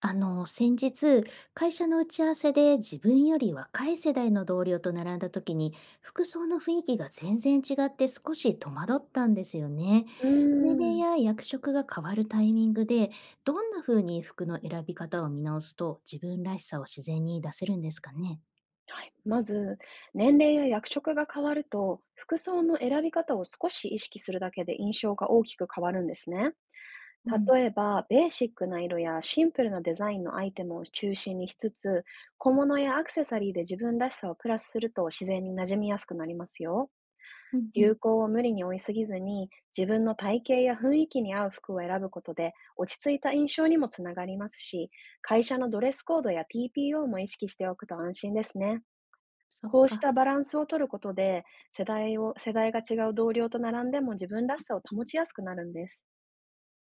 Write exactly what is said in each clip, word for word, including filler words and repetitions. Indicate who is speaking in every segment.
Speaker 1: あの、先日、会社の打ち合わせで自分より若い世代の同僚と並んだ時に、服装の雰囲気が全然違って少し戸惑ったんですよね。
Speaker 2: うー
Speaker 1: 年齢
Speaker 2: ん。
Speaker 1: や役職が変わるタイミングで、どんな風に服の選び方を見直すと自分らしさを自然に出せるんですかね。
Speaker 2: はい。まず、年齢や役職が変わると、服装の選び方を少し意識するだけで印象が大きく変わるんですね。
Speaker 1: うん、
Speaker 2: 例えば、ベーシックな色やシンプルなデザインのアイテムを中心にしつつ、小物やアクセサリーで自分らしさをプラスすると自然に馴染みやすくなりますよ。
Speaker 1: うん、う
Speaker 2: 流
Speaker 1: ん。
Speaker 2: 行を無理に追いすぎずに、自分の体型や雰囲気に合う服を選ぶことで、落ち着いた印象にもつながりますし、会社のドレスコードや ティーピーオー も意識しておくと安心ですね。
Speaker 1: そっ
Speaker 2: こうし
Speaker 1: か。
Speaker 2: たバランスを取ることで、世代を、世代が違う同僚と並んでも自分らしさを保ちやすくなるんです。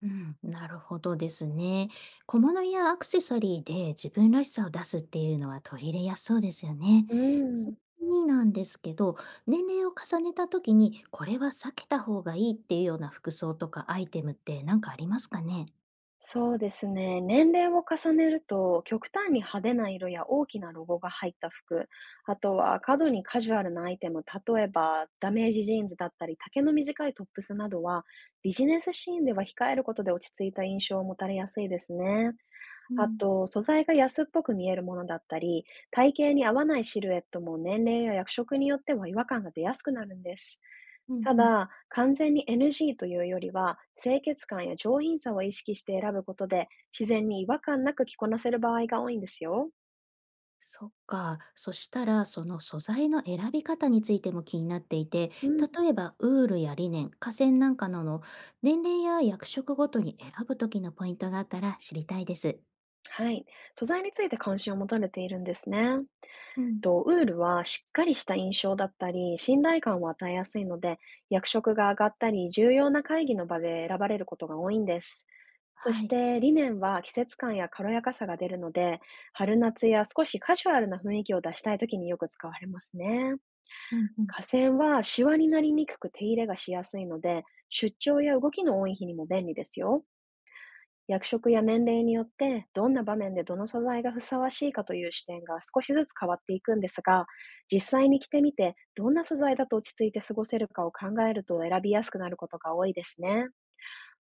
Speaker 1: うん、なるほどですね。小物やアクセサリーで自分らしさを出すっていうのは取り入れやすそうですよね。
Speaker 2: う
Speaker 1: ち
Speaker 2: ん。
Speaker 1: なみになんですけど、年齢を重ねた時にこれは避けた方がいいっていうような服装とかアイテムって何かありますかね？
Speaker 2: そうですね。年齢を重ねると、極端に派手な色や大きなロゴが入った服、あとは過度にカジュアルなアイテム、例えばダメージジーンズだったり、丈の短いトップスなどは、ビジネスシーンでは控えることで落ち着いた印象を持たれやすいですね。
Speaker 1: う
Speaker 2: あ
Speaker 1: ん、
Speaker 2: と、素材が安っぽく見えるものだったり、体型に合わないシルエットも年齢や役職によっては違和感が出やすくなるんです。
Speaker 1: うん
Speaker 2: た
Speaker 1: うん。
Speaker 2: だ、完全に エヌジー というよりは、清潔感や上品さを意識して選ぶことで、自然に違和感なく着こなせる場合が多いんですよ。
Speaker 1: そっか。そしたら、その素材の選び方についても気になっていて、
Speaker 2: うん。
Speaker 1: 例えば、ウールやリネン、化繊なんかなの、年齢や役職ごとに選ぶ時のポイントがあったら知りたいです。
Speaker 2: はい。素材について関心を持たれているんですね。
Speaker 1: うん。
Speaker 2: と、ウールはしっかりした印象だったり、信頼感を与えやすいので、役職が上がったり、重要な会議の場で選ばれることが多いんです。そ
Speaker 1: は
Speaker 2: し
Speaker 1: い。
Speaker 2: て、リネンは季節感や軽やかさが出るので、春夏や少しカジュアルな雰囲気を出したい時によく使われますね。
Speaker 1: うんうん。
Speaker 2: 河川はシワになりにくく手入れがしやすいので、出張や動きの多い日にも便利ですよ。役職や年齢によって、どんな場面でどの素材がふさわしいかという視点が少しずつ変わっていくんですが、実際に着てみて、どんな素材だと落ち着いて過ごせるかを考えると選びやすくなることが多いですね。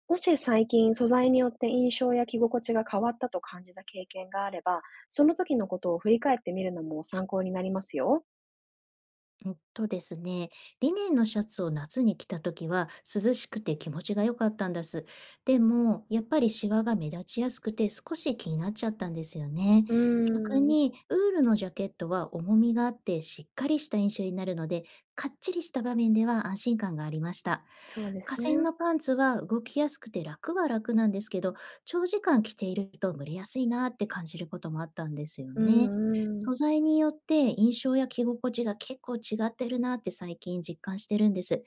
Speaker 2: もし最近素材によって印象や着心地が変わったと感じた経験があれば、その時のことを振り返ってみるのも参考になりますよ。
Speaker 1: えっとですね、リネンのシャツを夏に着たときは涼しくて気持ちが良かったんです。でも、やっぱりシワが目立ちやすくて少し気になっちゃったんですよね。
Speaker 2: うー
Speaker 1: 逆
Speaker 2: ん、
Speaker 1: に、ウールのジャケットは重みがあってしっかりした印象になるので、かっちりした場面では安心感がありました。
Speaker 2: そうです
Speaker 1: 河川
Speaker 2: ね。
Speaker 1: のパンツは動きやすくて楽は楽なんですけど、長時間着ていると蒸れやすいなって感じることもあったんですよ
Speaker 2: う
Speaker 1: ね。
Speaker 2: んうん。
Speaker 1: 素材によって印象や着心地が結構違ってるなって最近実感してるんです。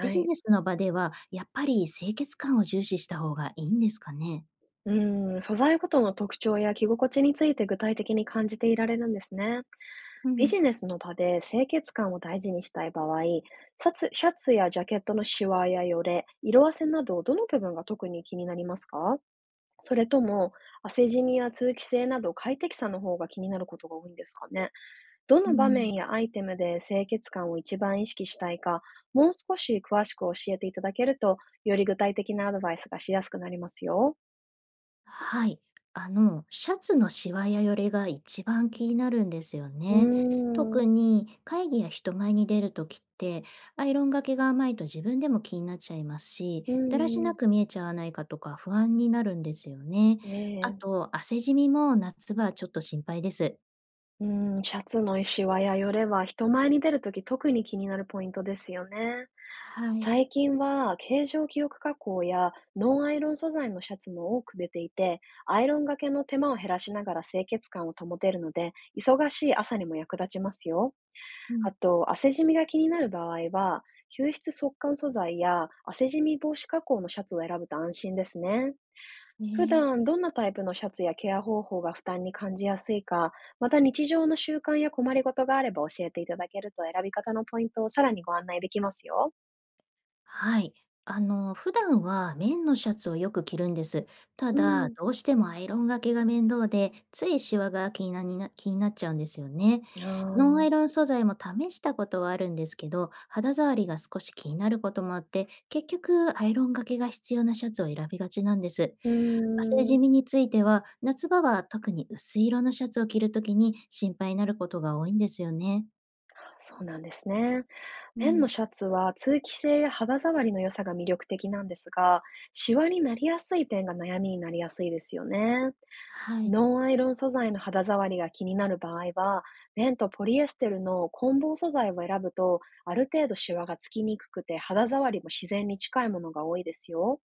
Speaker 1: ビジ
Speaker 2: い。
Speaker 1: ネスの場ではやっぱり清潔感を重視した方がいいんですかね？
Speaker 2: うん、素材ごとの特徴や着心地について具体的に感じていられるんですね。
Speaker 1: う
Speaker 2: ビ
Speaker 1: ん、
Speaker 2: ジネスの場で清潔感を大事にしたい場合、シャツ、シャツやジャケットのシワやよれ、色あせなど、どの部分が特に気になりますか？それとも、汗じみや通気性など快適さの方が気になることが多いんですかね？ど
Speaker 1: う
Speaker 2: の場
Speaker 1: ん
Speaker 2: 面やアイテムで清潔感を一番意識したいか、もう少し詳しく教えていただけると、より具体的なアドバイスがしやすくなりますよ。
Speaker 1: はい。あの、シャツのシワやよれが一番気になるんですよ
Speaker 2: うー
Speaker 1: ね。
Speaker 2: ん、
Speaker 1: 特に会議や人前に出るときって、アイロンがけが甘いと自分でも気になっちゃいますし、
Speaker 2: う
Speaker 1: だらし
Speaker 2: んう
Speaker 1: な
Speaker 2: ん。
Speaker 1: く見えちゃわないかとか不安になるんですよね。あ
Speaker 2: ね
Speaker 1: と、汗じみも夏場はちょっと心配です。
Speaker 2: え、うん、シャツのシワやよれは人前に出るとき特に気になるポイントですよね。
Speaker 1: はい。
Speaker 2: 最近は形状記憶加工やノンアイロン素材のシャツも多く出ていて、アイロンがけの手間を減らしながら清潔感を保てるので、忙しい朝にも役立ちますよ。
Speaker 1: うん。
Speaker 2: あと、汗染みが気になる場合は、吸湿速乾素材や汗染み防止加工のシャツを選ぶと安心ですね。
Speaker 1: ね
Speaker 2: 普
Speaker 1: え
Speaker 2: 段どんなタイプのシャツやケア方法が負担に感じやすいか、また日常の習慣や困りごとがあれば教えていただけると選び方のポイントをさらにご案内できますよ。
Speaker 1: はい。あの、普段は綿のシャツをよく着るんです。た
Speaker 2: う
Speaker 1: だ、
Speaker 2: ん。
Speaker 1: どうしてもアイロンがけが面倒で、ついシワが気になにな気になっちゃうんですよね。
Speaker 2: あ
Speaker 1: ノンアイ
Speaker 2: あ。
Speaker 1: ロン素材も試したことはあるんですけど、肌触りが少し気になることもあって、結局アイロンがけが必要なシャツを選びがちなんです。
Speaker 2: うー
Speaker 1: 汗じ
Speaker 2: ん。
Speaker 1: みについては、夏場は特に薄い色のシャツを着るときに心配になることが多いんですよね。
Speaker 2: そうなんですね。
Speaker 1: う
Speaker 2: 綿の
Speaker 1: ん
Speaker 2: シャツは通気性や肌触りの良さが魅力的なんですが、シワになりやすい点が悩みになりやすいですよね。
Speaker 1: はい。
Speaker 2: ノンアイロン素材の肌触りが気になる場合は、綿とポリエステルの混紡素材を選ぶと、ある程度シワがつきにくくて肌触りも自然に近いものが多いですよ。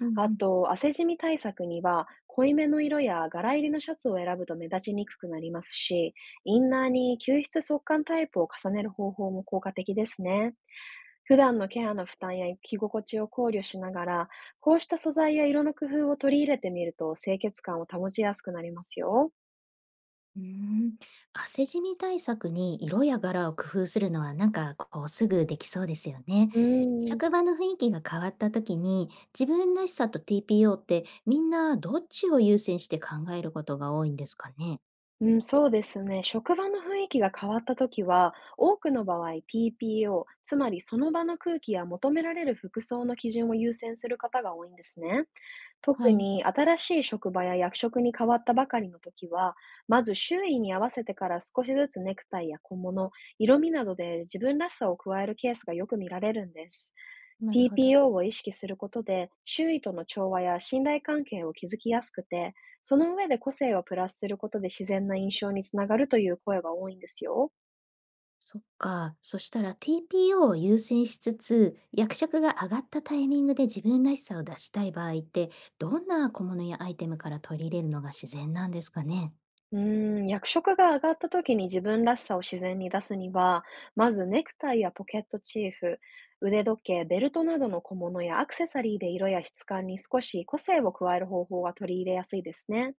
Speaker 1: うん
Speaker 2: あ
Speaker 1: うん。
Speaker 2: と、汗じみ対策には、濃いめの色や柄入りのシャツを選ぶと目立ちにくくなりますし、インナーに吸湿速乾タイプを重ねる方法も効果的ですね。普段のケアの負担や着心地を考慮しながら、こうした素材や色の工夫を取り入れてみると清潔感を保ちやすくなりますよ。
Speaker 1: うーん、汗じみ対策に色や柄を工夫するのはなんかこうすぐできそうですよね。
Speaker 2: うーん、
Speaker 1: 職場の雰囲気が変わった時に自分らしさと ティーピーオー ってみんなどっちを優先して考えることが多いんですかね。
Speaker 2: うん、そうですね。職場の雰囲気が変わったときは、多くの場合ピーピーオー、p p o、 つまりその場の空気や求められる服装の基準を優先する方が多いんですね。
Speaker 1: は
Speaker 2: 特
Speaker 1: い、
Speaker 2: に新しい職場や役職に変わったばかりの時は、まず周囲に合わせてから少しずつネクタイや小物、色味などで自分らしさを加えるケースがよく見られるんです。
Speaker 1: なるほど。
Speaker 2: ティーピーオー を意識することで、周囲との調和や信頼関係を築きやすくて、その上で個性をプラスすることで自然な印象につながるという声が多いんですよ。
Speaker 1: そっか。そしたら ティーピーオー を優先しつつ役職が上がったタイミングで自分らしさを出したい場合ってどんな小物やアイテムから取り入れるのが自然なんですかね。
Speaker 2: うーん、役職が上がった時に自分らしさを自然に出すには、まずネクタイやポケットチーフ、腕時計、ベルトなどの小物やアクセサリーで色や質感に少し個性を加える方法が取り入れやすいですね。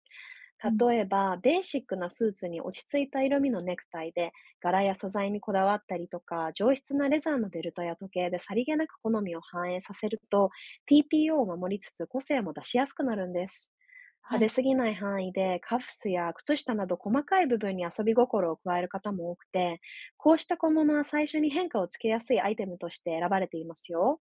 Speaker 1: うん、
Speaker 2: 例えば、ベーシックなスーツに落ち着いた色味のネクタイで、柄や素材にこだわったりとか、上質なレザーのベルトや時計でさりげなく好みを反映させると、p p o を守りつつ個性も出しやすくなるんです。
Speaker 1: は
Speaker 2: 派手
Speaker 1: い。
Speaker 2: すぎない範囲で、カフスや靴下など細かい部分に遊び心を加える方も多くて、こうした小物は最初に変化をつけやすいアイテムとして選ばれていますよ。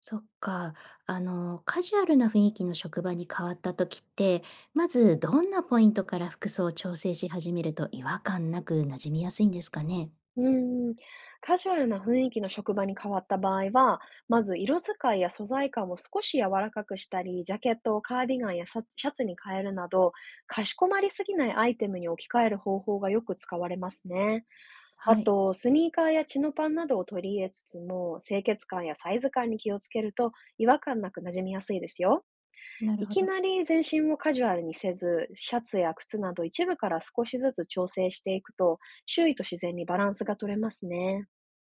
Speaker 1: そっか。あの、カジュアルな雰囲気の職場に変わった時って、まずどんなポイントから服装を調整し始めると違和感なく馴染みやすいんですかね。
Speaker 2: うん、カジュアルな雰囲気の職場に変わった場合は、まず色使いや素材感を少し柔らかくしたり、ジャケットをカーディガンやシャシャツに変えるなど、かしこまりすぎないアイテムに置き換える方法がよく使われますね。あ
Speaker 1: はい、
Speaker 2: と、スニーカーやチノパンなどを取り入れつつも、清潔感やサイズ感に気をつけると、違和感なく馴染みやすいですよ。
Speaker 1: なる
Speaker 2: い
Speaker 1: ほ
Speaker 2: き
Speaker 1: ど。
Speaker 2: なり全身をカジュアルにせず、シャツや靴など一部から少しずつ調整していくと、周囲と自然にバランスが取れますね。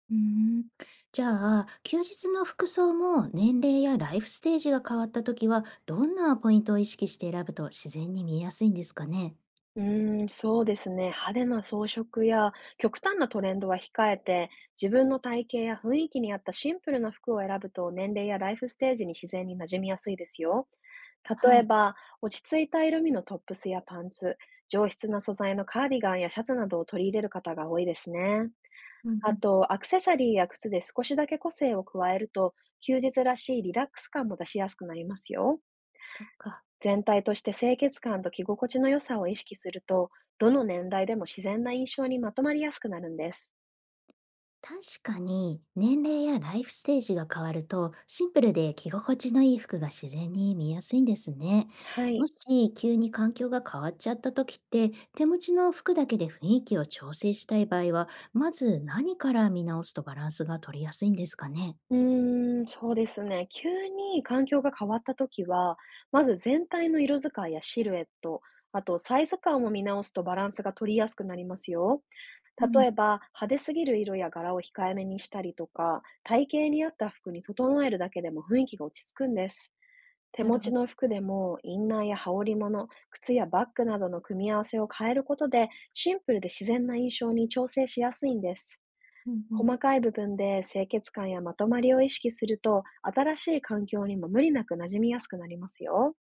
Speaker 1: うーん。じゃあ、休日の服装も年齢やライフステージが変わった時は、どんなポイントを意識して選ぶと自然に見えやすいんですかね。
Speaker 2: うーん、そうですね。派手な装飾や極端なトレンドは控えて、自分の体型や雰囲気に合ったシンプルな服を選ぶと、年齢やライフステージに自然に馴染みやすいですよ。
Speaker 1: は
Speaker 2: 例え
Speaker 1: い。
Speaker 2: ば、落ち着いた色味のトップスやパンツ、上質な素材のカーディガンやシャツなどを取り入れる方が多いですね。
Speaker 1: うんう
Speaker 2: あ
Speaker 1: ん。
Speaker 2: と、アクセサリーや靴で少しだけ個性を加えると、休日らしいリラックス感も出しやすくなりますよ。
Speaker 1: そっか。
Speaker 2: 全体として清潔感と着心地の良さを意識すると、どの年代でも自然な印象にまとまりやすくなるんです。
Speaker 1: 確かに年齢やライフステージが変わるとシンプルで着心地のいい服が自然に見やすいんですね。
Speaker 2: は
Speaker 1: も
Speaker 2: い。
Speaker 1: し急に環境が変わっちゃった時って手持ちの服だけで雰囲気を調整したい場合はまず何から見直すとバランスが取りやすいんですかね。
Speaker 2: うーん、そうですね。急に環境が変わった時は、まず全体の色使いやシルエット、あとサイズ感を見直すとバランスが取りやすくなりますよ。
Speaker 1: う
Speaker 2: 例
Speaker 1: ん、
Speaker 2: えば、派手すぎる色や柄を控えめにしたりとか、体型に合った服に整えるだけでも雰囲気が落ち着くんです。手
Speaker 1: な
Speaker 2: 持
Speaker 1: るほ
Speaker 2: ちの
Speaker 1: ど。
Speaker 2: 服でも、インナーや羽織物、靴やバッグなどの組み合わせを変えることで、シンプルで自然な印象に調整しやすいんです。
Speaker 1: うんうん。
Speaker 2: 細かい部分で清潔感やまとまりを意識すると、新しい環境にも無理なく馴染みやすくなりますよ。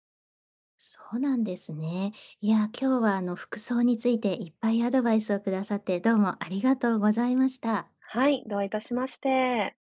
Speaker 1: そうなんですね。いや、今日はあの服装についていっぱいアドバイスをくださってどうもありがとうございました。
Speaker 2: はい、どういたしまして。